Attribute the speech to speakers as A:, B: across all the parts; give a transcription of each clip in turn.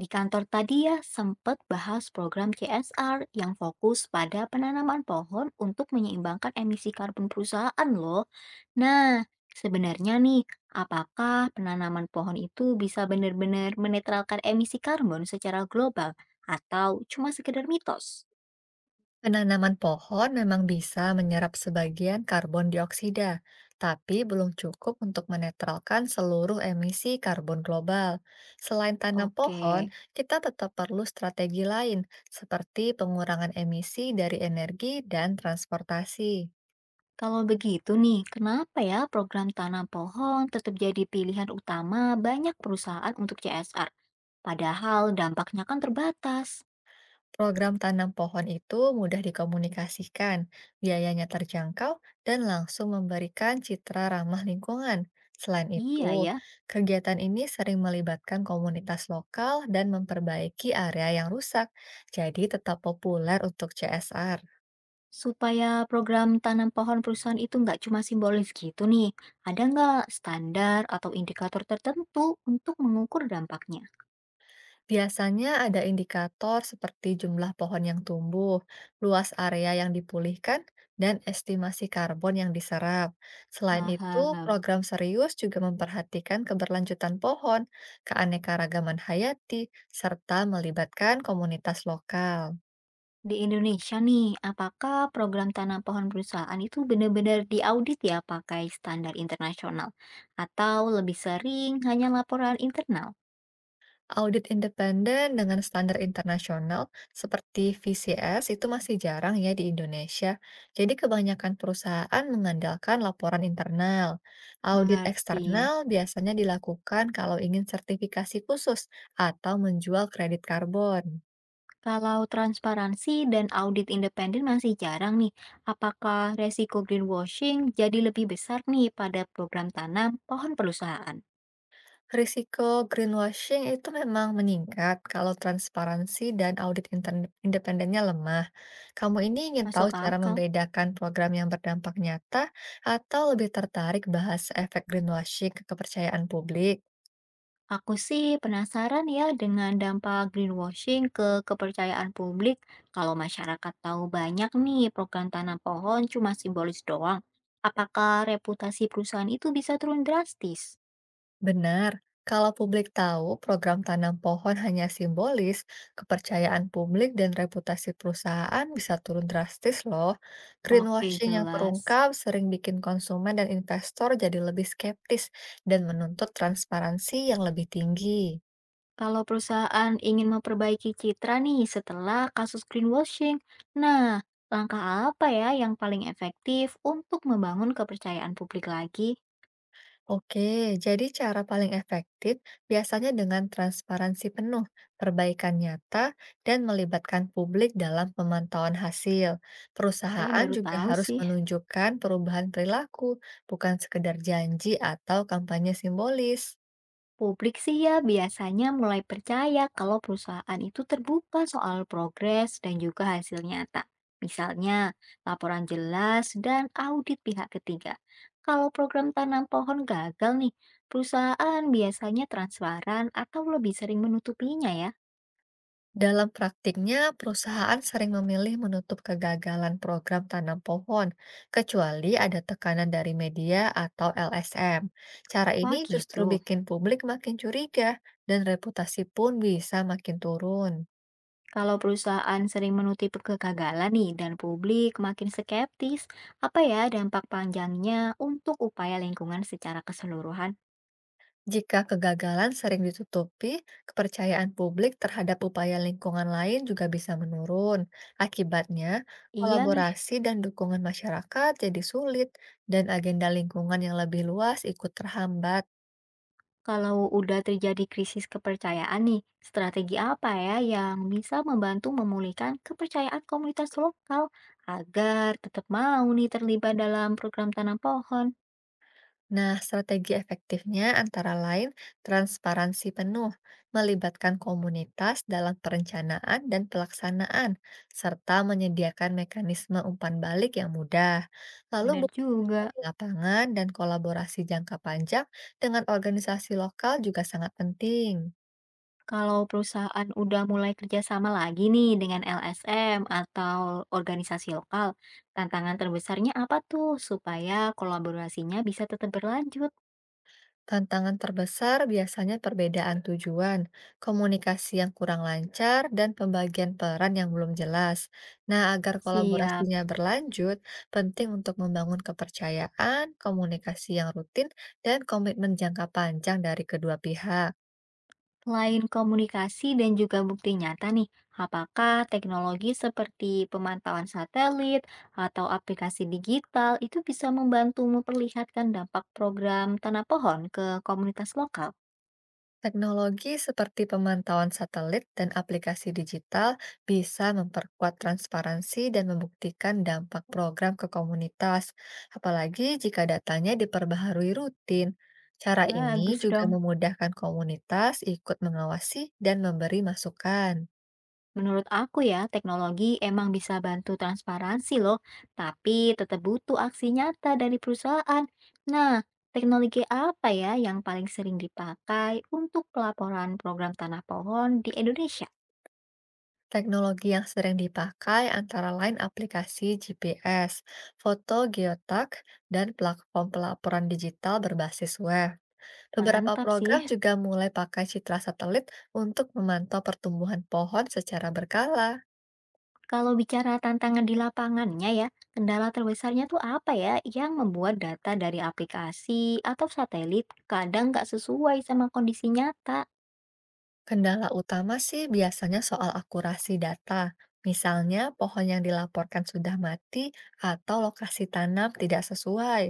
A: Di kantor tadi ya sempat bahas program CSR yang fokus pada penanaman pohon untuk menyeimbangkan emisi karbon perusahaan loh. Nah, sebenarnya nih, apakah penanaman pohon itu bisa benar-benar menetralkan emisi karbon secara global atau cuma sekedar mitos?
B: Penanaman pohon memang bisa menyerap sebagian karbon dioksida, tapi belum cukup untuk menetralkan seluruh emisi karbon global. Selain tanam pohon,
A: Oke,
B: kita tetap perlu strategi lain, seperti pengurangan emisi dari energi dan transportasi.
A: kalau begitu nih, kenapa ya program tanam pohon tetap jadi pilihan utama banyak perusahaan untuk CSR? Padahal dampaknya kan terbatas.
B: Program tanam pohon itu mudah dikomunikasikan, biayanya terjangkau, dan langsung memberikan citra ramah lingkungan. Selain
A: Iya
B: itu,
A: ya.
B: kegiatan ini sering melibatkan komunitas lokal dan memperbaiki area yang rusak, jadi tetap populer untuk CSR.
A: Supaya program tanam pohon perusahaan itu nggak cuma simbolis gitu nih, ada nggak standar atau indikator tertentu untuk mengukur dampaknya?
B: Biasanya ada indikator seperti jumlah pohon yang tumbuh, luas area yang dipulihkan, dan estimasi karbon yang diserap. Selain itu,
A: Paham.
B: program serius juga memperhatikan keberlanjutan pohon, keanekaragaman hayati, serta melibatkan komunitas lokal.
A: Di Indonesia nih, apakah program tanam pohon perusahaan itu benar-benar diaudit ya pakai standar internasional? Atau lebih sering hanya laporan internal?
B: Audit independen dengan standar internasional seperti VCS itu masih jarang ya di Indonesia. Jadi kebanyakan perusahaan mengandalkan laporan internal. Audit
A: Mengerti.
B: eksternal biasanya dilakukan kalau ingin sertifikasi khusus atau menjual kredit karbon.
A: Kalau transparansi dan audit independen masih jarang nih, apakah resiko greenwashing jadi lebih besar nih pada program tanam pohon perusahaan?
B: Risiko greenwashing itu memang meningkat kalau transparansi dan independennya lemah. Kamu ini ingin tahu
A: Masuk
B: cara
A: akal.
B: membedakan program yang berdampak nyata atau lebih tertarik bahas efek greenwashing ke kepercayaan publik?
A: Aku sih penasaran ya dengan dampak greenwashing ke kepercayaan publik. Kalau masyarakat tahu banyak nih program tanam pohon cuma simbolis doang, apakah reputasi perusahaan itu bisa turun drastis?
B: Benar, kalau publik tahu program tanam pohon hanya simbolis, kepercayaan publik dan reputasi perusahaan bisa turun drastis loh.
A: Oke,
B: Greenwashing yang
A: jelas.
B: terungkap sering bikin konsumen dan investor jadi lebih skeptis dan menuntut transparansi yang lebih tinggi.
A: Kalau perusahaan ingin memperbaiki citra nih setelah kasus greenwashing, nah langkah apa ya yang paling efektif untuk membangun kepercayaan publik lagi?
B: Oke, jadi cara paling efektif biasanya dengan transparansi penuh, perbaikan nyata, dan melibatkan publik dalam pemantauan hasil.
A: Saya
B: Perusahaan
A: baru
B: juga
A: tahu
B: harus
A: sih.
B: menunjukkan perubahan perilaku, bukan sekedar janji atau kampanye simbolis.
A: Publik sih ya biasanya mulai percaya kalau perusahaan itu terbuka soal progres dan juga hasil nyata. Misalnya, laporan jelas dan audit pihak ketiga. Kalau program tanam pohon gagal nih, perusahaan biasanya transparan atau lebih sering menutupinya ya.
B: Dalam praktiknya, perusahaan sering memilih menutup kegagalan program tanam pohon, kecuali ada tekanan dari media atau LSM. Cara
A: Wah
B: ini justru
A: gitu.
B: bikin publik makin curiga, dan reputasi pun bisa makin turun.
A: Kalau perusahaan sering menutup kegagalan nih dan publik makin skeptis, apa ya dampak panjangnya untuk upaya lingkungan secara keseluruhan?
B: Jika kegagalan sering ditutupi, kepercayaan publik terhadap upaya lingkungan lain juga bisa menurun. Akibatnya,
A: Iya nih,
B: kolaborasi dan dukungan masyarakat jadi sulit, dan agenda lingkungan yang lebih luas ikut terhambat.
A: kalau udah terjadi krisis kepercayaan nih, strategi apa ya yang bisa membantu memulihkan kepercayaan komunitas lokal agar tetap mau nih terlibat dalam program tanam pohon?
B: Nah, strategi efektifnya antara lain transparansi penuh, melibatkan komunitas dalam perencanaan dan pelaksanaan, serta menyediakan mekanisme umpan balik yang mudah. Lalu
A: Bener
B: budaya
A: juga.
B: di lapangan dan kolaborasi jangka panjang dengan organisasi lokal juga sangat penting.
A: Kalau perusahaan udah mulai kerjasama lagi nih dengan LSM atau organisasi lokal, tantangan terbesarnya apa tuh supaya kolaborasinya bisa tetap berlanjut?
B: Tantangan terbesar biasanya perbedaan tujuan, komunikasi yang kurang lancar, dan pembagian peran yang belum jelas. Nah, agar
A: Siap.
B: kolaborasinya berlanjut, penting untuk membangun kepercayaan, komunikasi yang rutin, dan komitmen jangka panjang dari kedua pihak.
A: Lain komunikasi dan juga bukti nyata nih, apakah teknologi seperti pemantauan satelit atau aplikasi digital itu bisa membantu memperlihatkan dampak program tanah pohon ke komunitas lokal?
B: Teknologi seperti pemantauan satelit dan aplikasi digital bisa memperkuat transparansi dan membuktikan dampak program ke komunitas, apalagi jika datanya diperbaharui rutin. Cara ini
A: Bagus
B: juga
A: dong.
B: memudahkan komunitas ikut mengawasi dan memberi masukan.
A: Menurut aku ya, teknologi emang bisa bantu transparansi loh, tapi tetap butuh aksi nyata dari perusahaan. Nah, teknologi apa ya yang paling sering dipakai untuk pelaporan program tanah pohon di Indonesia?
B: Teknologi yang sering dipakai antara lain aplikasi GPS, foto geotak, dan platform pelaporan digital berbasis web. Beberapa
A: Mantap
B: program
A: sih.
B: juga mulai pakai citra satelit untuk memantau pertumbuhan pohon secara berkala.
A: Kalau bicara tantangan di lapangannya ya, kendala terbesarnya tuh apa ya yang membuat data dari aplikasi atau satelit kadang nggak sesuai sama kondisi nyata?
B: Kendala utama sih biasanya soal akurasi data. Misalnya, pohon yang dilaporkan sudah mati atau lokasi tanam tidak sesuai.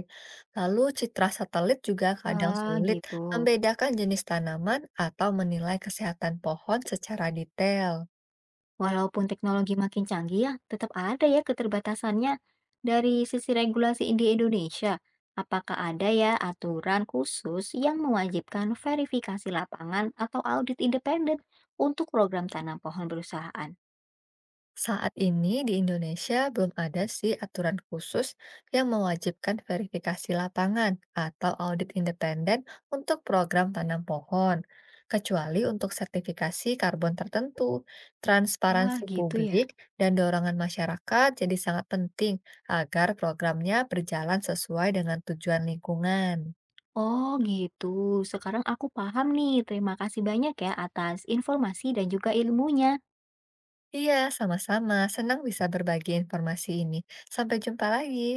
B: Lalu, citra satelit juga kadang
A: Wah,
B: sulit
A: gitu.
B: membedakan jenis tanaman atau menilai kesehatan pohon secara detail.
A: Walaupun teknologi makin canggih ya, tetap ada ya keterbatasannya. Dari sisi regulasi di Indonesia, apakah ada ya aturan khusus yang mewajibkan verifikasi lapangan atau audit independen untuk program tanam pohon perusahaan?
B: Saat ini di Indonesia belum ada sih aturan khusus yang mewajibkan verifikasi lapangan atau audit independen untuk program tanam pohon, kecuali untuk sertifikasi karbon tertentu.
A: Ya,
B: Transparansi
A: gitu ya.
B: publik dan dorongan masyarakat jadi sangat penting agar programnya berjalan sesuai dengan tujuan lingkungan.
A: Oh gitu, sekarang aku paham nih. Terima kasih banyak ya atas informasi dan juga ilmunya.
B: Iya, sama-sama. Senang bisa berbagi informasi ini. Sampai jumpa lagi.